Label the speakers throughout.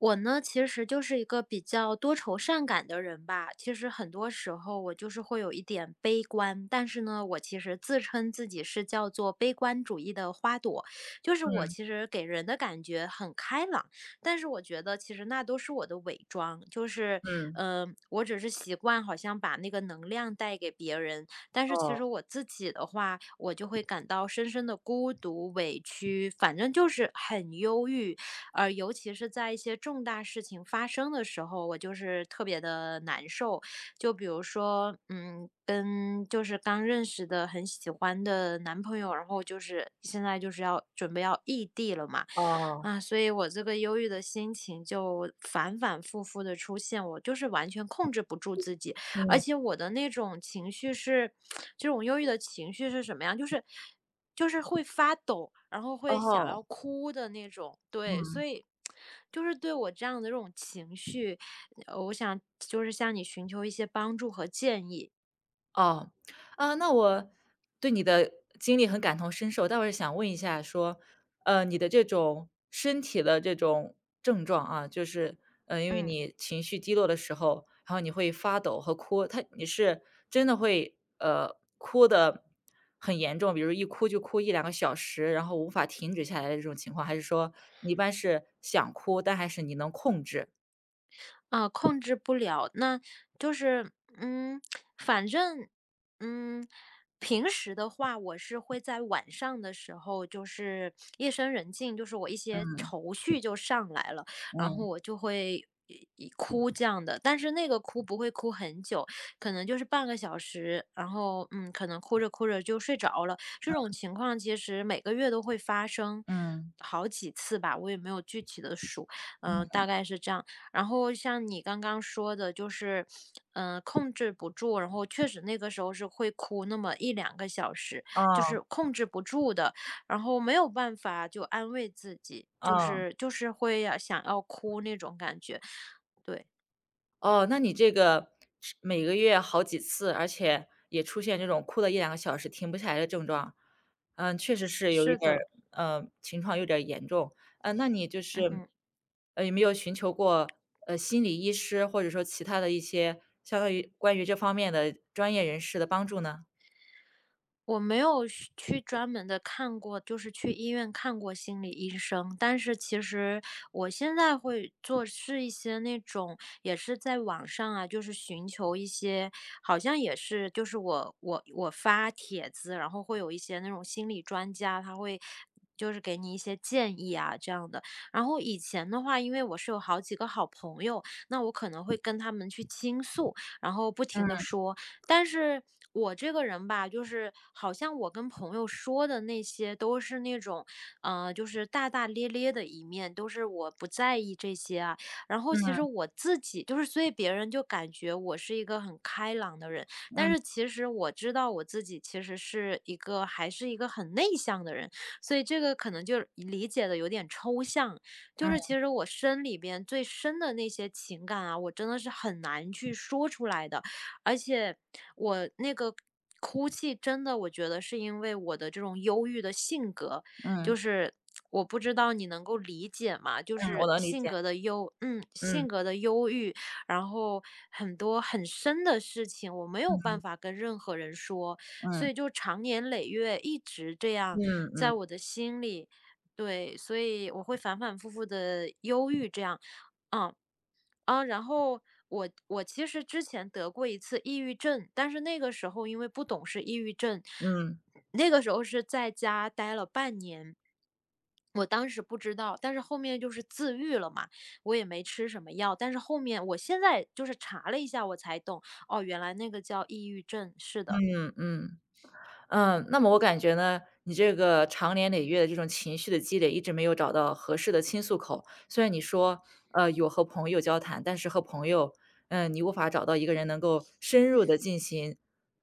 Speaker 1: 我呢，其实就是一个比较多愁善感的人吧。其实很多时候我就是会有一点悲观，但是呢，我其实自称自己是叫做悲观主义的花朵，就是我
Speaker 2: 嗯
Speaker 1: 其实给人的感觉很开朗，但是我觉得其实那都是我的伪装，
Speaker 2: 嗯，
Speaker 1: 我只是习惯好像把那个能量带给别人，但是其
Speaker 2: 哦
Speaker 1: 实我自己的话，我就会感到深深的孤独、委屈，反正就是很忧郁，而尤其是在一些重大事情发生的时候，我就是特别的难受。就比如说，嗯，跟就是刚认识的很喜欢的男朋友，然后就是现在就是要准备要异地了嘛，
Speaker 2: 哦，
Speaker 1: 啊，所以我这个忧郁的心情就反反复复的出现，我就是完全控制不住自己。而
Speaker 2: 嗯，
Speaker 1: 且我的那种情绪是，这种忧郁的情绪是什么样？就是会发抖，然后会想
Speaker 2: 哦，
Speaker 1: 要哭的那种。对，所
Speaker 2: 嗯，
Speaker 1: 以就是对我这样的这种情绪，我想就是向你寻求一些帮助和建议。
Speaker 2: 哦，啊，那我对你的经历很感同身受，但我是想问一下说，你的这种身体的这种症状啊，就是，因为
Speaker 1: 嗯。
Speaker 2: 你情绪低落的时候，然后你会发抖和哭，他你是真的会哭的很严重，比如一哭就哭一两个小时，然后无法停止下来的这种情况，还是说你一般是想哭，但还是你能控制？
Speaker 1: 啊，控制不了，那就是，嗯，反正，嗯，平时的话，我是会在晚上的时候，就是夜深人静，就是我一些
Speaker 2: 嗯
Speaker 1: 愁绪就上来了，然
Speaker 2: 嗯
Speaker 1: 后我就会一哭这样的，但是那个哭不会哭很久，可能就是半个小时，然后,可能哭着哭着就睡着了。这种情况其实每个月都会发生
Speaker 2: 嗯，
Speaker 1: 好几次吧，我也没有具体的数，嗯、大概是这样。然后像你刚刚说的，就是，嗯、控制不住，然后确实那个时候是会哭那么一两个小时，就
Speaker 2: 哦
Speaker 1: 是控制不住的，然后没有办法就安慰自己，就
Speaker 2: 哦
Speaker 1: 是就是会要想要哭那种感觉。对，
Speaker 2: 哦，那你这个是每个月好几次，而且也出现这种哭了一两个小时停不下来的症状，嗯，确实是有一
Speaker 1: 是
Speaker 2: 点儿
Speaker 1: 的，
Speaker 2: 情况有点儿严重。那你就是，
Speaker 1: 嗯。
Speaker 2: 有没有寻求过，心理医师或者说其他的一些相当于关于这方面的专业人士的帮助呢？
Speaker 1: 我没有去专门的看过，就是去医院看过心理医生。但是其实我现在会做是一些那种也是在网上啊，就是寻求一些好像也是就是我发帖子，然后会有一些那种心理专家，他会就是给你一些建议啊这样的。然后以前的话，因为我是有好几个好朋友，那我可能会跟他们去倾诉，然后不停的说。但是我这个人吧，就是好像我跟朋友说的那些都是那种，就是大大咧咧的一面，都是我不在意这些啊。然后其实
Speaker 2: 嗯
Speaker 1: 我自己就是，所以别人就感觉我是一个很开朗的人，但
Speaker 2: 嗯
Speaker 1: 是其实我知道我自己其实是一个还是一个很内向的人，所以这个可能就理解的有点抽象。就是
Speaker 2: 嗯
Speaker 1: 其实我身里边最深的那些情感啊，我真的是很难去说出来的。而且我那个哭泣真的，我觉得是因为我的这种忧郁的性格，
Speaker 2: 嗯
Speaker 1: 就是我不知道你能够理解吗？
Speaker 2: 嗯，我能理解，
Speaker 1: 性
Speaker 2: 嗯
Speaker 1: 格的忧郁，然后很多很深的事情，我没有
Speaker 2: 嗯
Speaker 1: 办法跟任何人说，所
Speaker 2: 嗯，
Speaker 1: 以就长年累月一直这
Speaker 2: 嗯
Speaker 1: 样，
Speaker 2: 嗯
Speaker 1: 在
Speaker 2: 嗯
Speaker 1: 我的心里。对，所以我会反反复复的忧郁，这样，嗯，啊，然后我其实之前得过一次抑郁症，但是那个时候因为不懂是抑郁症，
Speaker 2: 嗯
Speaker 1: 那个时候是在家待了半年。我当时不知道，但是后面就是自愈了嘛，我也没吃什么药。但是后面我现在就是查了一下，我才懂，哦，原来那个叫抑郁症。是的，
Speaker 2: 嗯嗯。嗯，那么我感觉呢，你这个长年累月的这种情绪的积累，一直没有找到合适的倾诉口。虽然你说，有和朋友交谈，但是和朋友，你无法找到一个人能够深入的进行，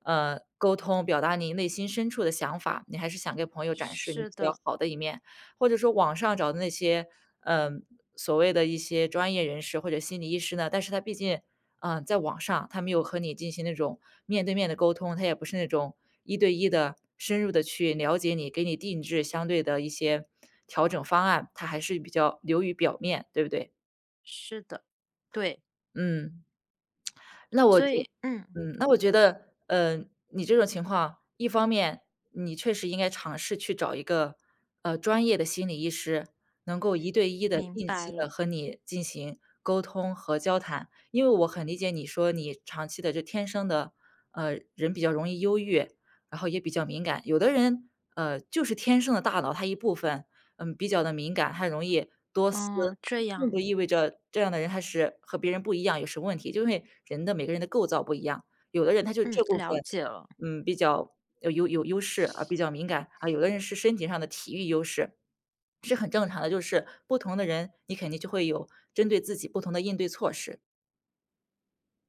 Speaker 2: 沟通，表达你内心深处的想法。你还是想给朋友展示你
Speaker 1: 是
Speaker 2: 比较
Speaker 1: 的，
Speaker 2: 好的一面，或者说网上找的那些，嗯，所谓的一些专业人士或者心理医师呢，但是他毕竟在网上，他没有和你进行那种面对面的沟通，他也不是那种一对一的深入的去了解你，给你定制相对的一些调整方案，他还是比较流于表面，对不对？
Speaker 1: 是的，对，
Speaker 2: 嗯。那我觉
Speaker 1: 所以嗯，
Speaker 2: 嗯，那我觉得，你这种情况，一方面你确实应该尝试去找一个，专业的心理医师，能够一对一的
Speaker 1: 明
Speaker 2: 定
Speaker 1: 白
Speaker 2: 期的
Speaker 1: 了，
Speaker 2: 和你进行沟通和交谈。因为我很理解你说你长期的这天生的，人比较容易忧郁，然后也比较敏感。有的人，就是天生的大脑它一部分比较的敏感，还容易多思，
Speaker 1: 哦，这
Speaker 2: 并不
Speaker 1: 样，
Speaker 2: 意味着这样的人他是和别人不一样，有什么问题，就因为人的每个人的构造不一样，有的人他就
Speaker 1: 嗯，
Speaker 2: 这部
Speaker 1: 了
Speaker 2: 分，
Speaker 1: 解了。
Speaker 2: 嗯，比较有优势，啊，比较敏感，啊，有的人是身体上的体育优势，是很正常的，就是不同的人，你肯定就会有针对自己不同的应对措施。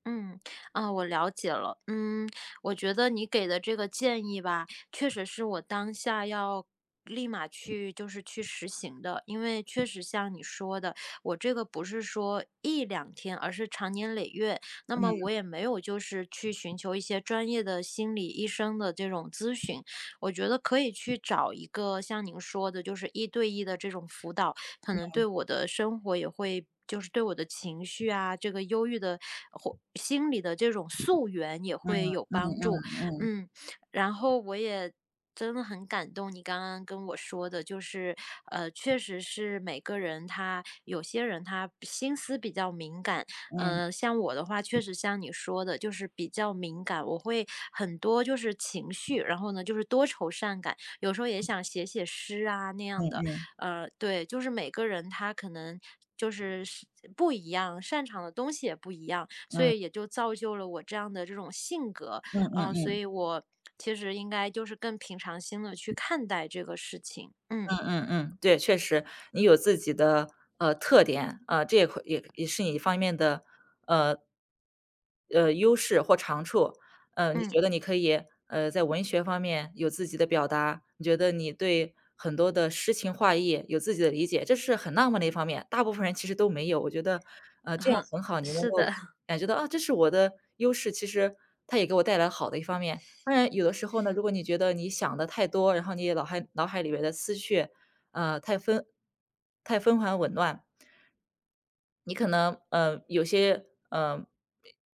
Speaker 1: 嗯，啊，我了解了。嗯，我觉得你给的这个建议吧，确实是我当下要立马去，就是去实行的。因为确实像你说的，我这个不是说一两天，而是长年累月。那么我也没有就是去寻求一些专业的心理医生的这种咨询，我觉得可以去找一个像您说的，就是一对一的这种辅导。可能对我的生活也会就是对我的情绪啊，这个忧郁的或心理的这种溯源也
Speaker 2: 嗯，
Speaker 1: 会有
Speaker 2: 嗯
Speaker 1: 帮
Speaker 2: 嗯
Speaker 1: 助。
Speaker 2: 嗯，
Speaker 1: 嗯，然后我也真的很感动你刚刚跟我说的，确实是每个人他有些人他心思比较敏感，像我的话，确实像你说的，就是比较敏感，我会很多就是情绪，然后呢就是多愁善感，有时候也想写写诗啊那样
Speaker 2: 嗯
Speaker 1: 的，
Speaker 2: 嗯
Speaker 1: 对，就是每个人他可能就是不一样，擅长的东西也不一样，
Speaker 2: 嗯
Speaker 1: 所
Speaker 2: 嗯
Speaker 1: 以
Speaker 2: 嗯
Speaker 1: 也就造就了我这样的这种性格。
Speaker 2: 嗯
Speaker 1: 嗯、
Speaker 2: 嗯。
Speaker 1: 所以我其实应该就是更平常心的去看待这个事情。嗯
Speaker 2: 嗯嗯嗯对，确实，你有自己的特点，这也会也是你一方面的呃优势或长处。你
Speaker 1: 嗯，
Speaker 2: 觉得你可以在文学方面有自己的表达，你觉得你对很多的诗情画意有自己的理解，这是很浪漫的一方面，大部分人其实都没有。我觉得这样
Speaker 1: 哼，
Speaker 2: 很好，你能
Speaker 1: 是
Speaker 2: 够
Speaker 1: 的，
Speaker 2: 感觉到啊，这是我的优势，其实它也给我带来好的一方面。当然，有的时候呢，如果你觉得你想的太多，然后你脑海里面的思绪呃，太分，太纷繁紊乱。你可能，有些，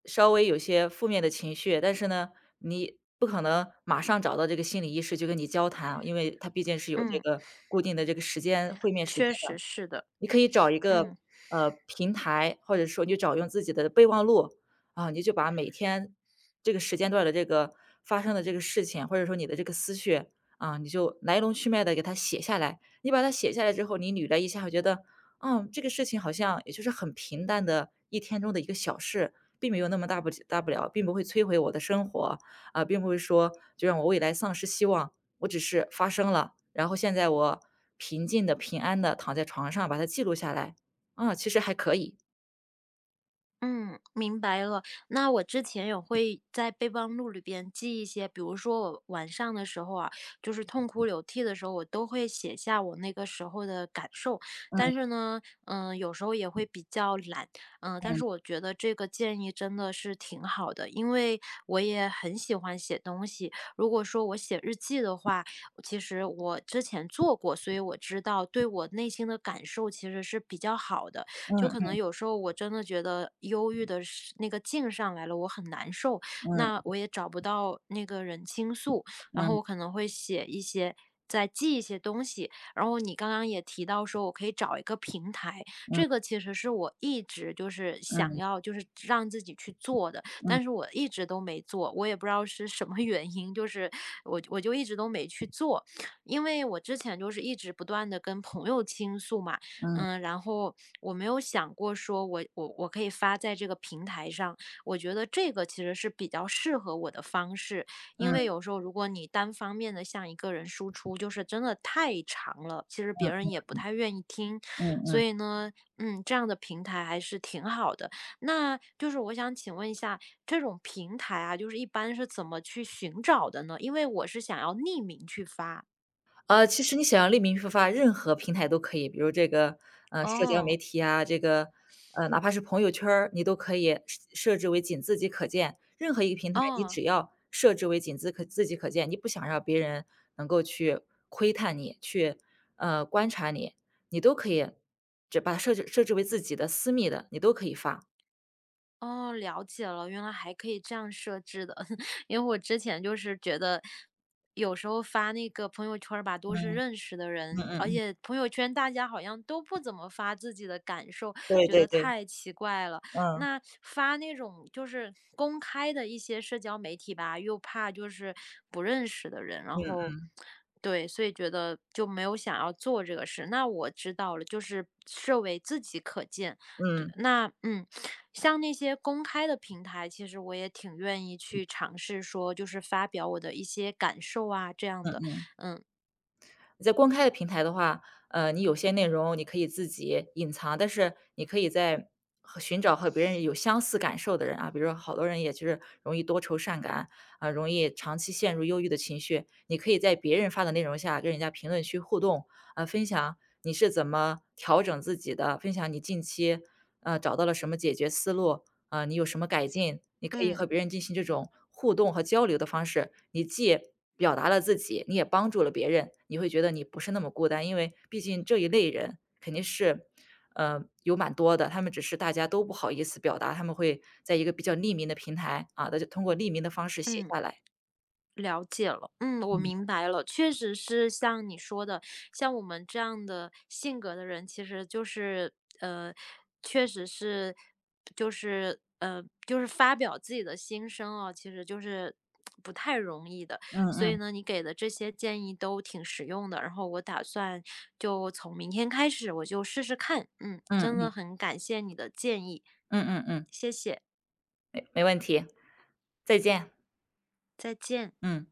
Speaker 2: 稍微有些负面的情绪，但是呢，你不可能马上找到这个心理医师就跟你交谈啊因为他毕竟是有这
Speaker 1: 嗯，
Speaker 2: 个固定的这个时间会面时间。
Speaker 1: 确实是的，
Speaker 2: 你可以找一个，
Speaker 1: 嗯。
Speaker 2: 平台，或者说你就找用自己的备忘录，啊，你就把每天这个时间段的这个发生的这个事情，或者说你的这个思绪，啊，你就来龙去脉的给它写下来。你把它写下来之后，你捋了一下，会觉得，嗯，这个事情好像也就是很平淡的一天中的一个小事，并没有那么大不了，并不会摧毁我的生活，啊，并不会说就让我未来丧失希望。我只是发生了，然后现在我平静的、平安的躺在床上，把它记录下来。啊，其实还可以。
Speaker 1: 嗯，明白了。那我之前也会在备忘录里边记一些，比如说我晚上的时候啊，就是痛哭流涕的时候，我都会写下我那个时候的感受。但是呢，嗯、有时候也会比较懒，嗯、但是我觉得这个建议真的是挺好的，因为我也很喜欢写东西。如果说我写日记的话，其实我之前做过，所以我知道对我内心的感受其实是比较好的。就可能
Speaker 2: 嗯
Speaker 1: 有时候我真的觉得忧郁的是那个劲上来了，我很难受，那
Speaker 2: 嗯
Speaker 1: 我也找不到那个人倾诉，然后
Speaker 2: 嗯
Speaker 1: 我可能会写一些。再记一些东西，然后你刚刚也提到说，我可以找一个平台，这
Speaker 2: 嗯
Speaker 1: 个其实是我一直就是
Speaker 2: 嗯
Speaker 1: 想
Speaker 2: 嗯
Speaker 1: 要，就是让自己去做的，
Speaker 2: 嗯嗯
Speaker 1: 但是我一直都没做，我也不知道是什么 原因，就是我就一直都没去做，因为我之前就是一直不断的跟朋友倾诉嘛，
Speaker 2: 嗯
Speaker 1: 嗯，然后我没有想过说我可以发在这个平台上，我觉得这个其实是比较适合我的方式，
Speaker 2: 嗯嗯
Speaker 1: 因
Speaker 2: 嗯
Speaker 1: 为
Speaker 2: 嗯
Speaker 1: 有时候如果你单方面的向一个人输出，就是真的太长了，其实别人也不太愿意听，
Speaker 2: 嗯
Speaker 1: 所
Speaker 2: 嗯。
Speaker 1: 以呢，嗯，这样的平台还是挺好的。那就是我想请问一下，这种平台啊，就是一般是怎么去寻找的呢？因为我是想要匿名去发。
Speaker 2: 其实你想要匿名生发，任何平台都可以，比如这个，社交媒
Speaker 1: 哦
Speaker 2: 体啊，这个，哪怕是朋友圈儿，你都可以设置为仅自己可见。任何一个平台，你
Speaker 1: 哦，
Speaker 2: 只要设置为仅自己可见，你不想让别人能够去窥探你，去，观察你，你都可以只把它设置为自己的私密的，你都可以发。
Speaker 1: 哦，了解了，原来还可以这样设置的。因为我之前就是觉得，有时候发那个朋友圈儿吧，
Speaker 2: 嗯
Speaker 1: 都是认识的
Speaker 2: 嗯
Speaker 1: 人，
Speaker 2: 嗯
Speaker 1: 而
Speaker 2: 嗯，
Speaker 1: 且朋友圈大家好像都不怎么发自己的感受，
Speaker 2: 对
Speaker 1: 觉
Speaker 2: 对
Speaker 1: 得
Speaker 2: 对，
Speaker 1: 太奇怪了。
Speaker 2: 嗯，
Speaker 1: 那发那种就是公开的一些社交媒体吧，又怕就是不认识的人，然
Speaker 2: 嗯
Speaker 1: 后对，所以觉得就没有想要做这个事。那我知道了，就是设为自己可见。
Speaker 2: 嗯
Speaker 1: 对
Speaker 2: 嗯。
Speaker 1: 那嗯。像那些公开的平台，其实我也挺愿意去尝试说，就是发表我的一些感受啊，这样的。
Speaker 2: 在公开的平台的话，你有些内容你可以自己隐藏，但是你可以在和寻找和别人有相似感受的人啊，比如说好多人也就是容易多愁善感啊，容易长期陷入忧郁的情绪。你可以在别人发的内容下跟人家评论区互动，啊，分享你是怎么调整自己的，分享你近期找到了什么解决思路，啊，你有什么改进，你可以
Speaker 1: 嗯，
Speaker 2: 和别人进行这种互动和交流的方式，你既表达了自己，你也帮助了别人，你会觉得你不是那么孤单。因为毕竟这一类人肯定是，有蛮多的，他们只是大家都不好意思表达，他们会在一个比较匿名的平台，啊，那就通过匿名的方式写
Speaker 1: 嗯。
Speaker 2: 下来。
Speaker 1: 了解了，嗯，我
Speaker 2: 嗯，
Speaker 1: 明白了，确实是像你说的，像我们这样的性格的人，其实就是呃，确实是就是发表自己的心声啊，其实就是不太容易的。
Speaker 2: 嗯
Speaker 1: 所以
Speaker 2: 嗯，
Speaker 1: 呢，你给的这些建议都挺实用的，然后我打算就从明天开始，我就试试看。嗯，
Speaker 2: 嗯
Speaker 1: 真的
Speaker 2: 嗯
Speaker 1: 很感谢你的建议，
Speaker 2: 嗯嗯嗯，
Speaker 1: 谢谢，
Speaker 2: 没问题，再见，
Speaker 1: 再见。
Speaker 2: 嗯。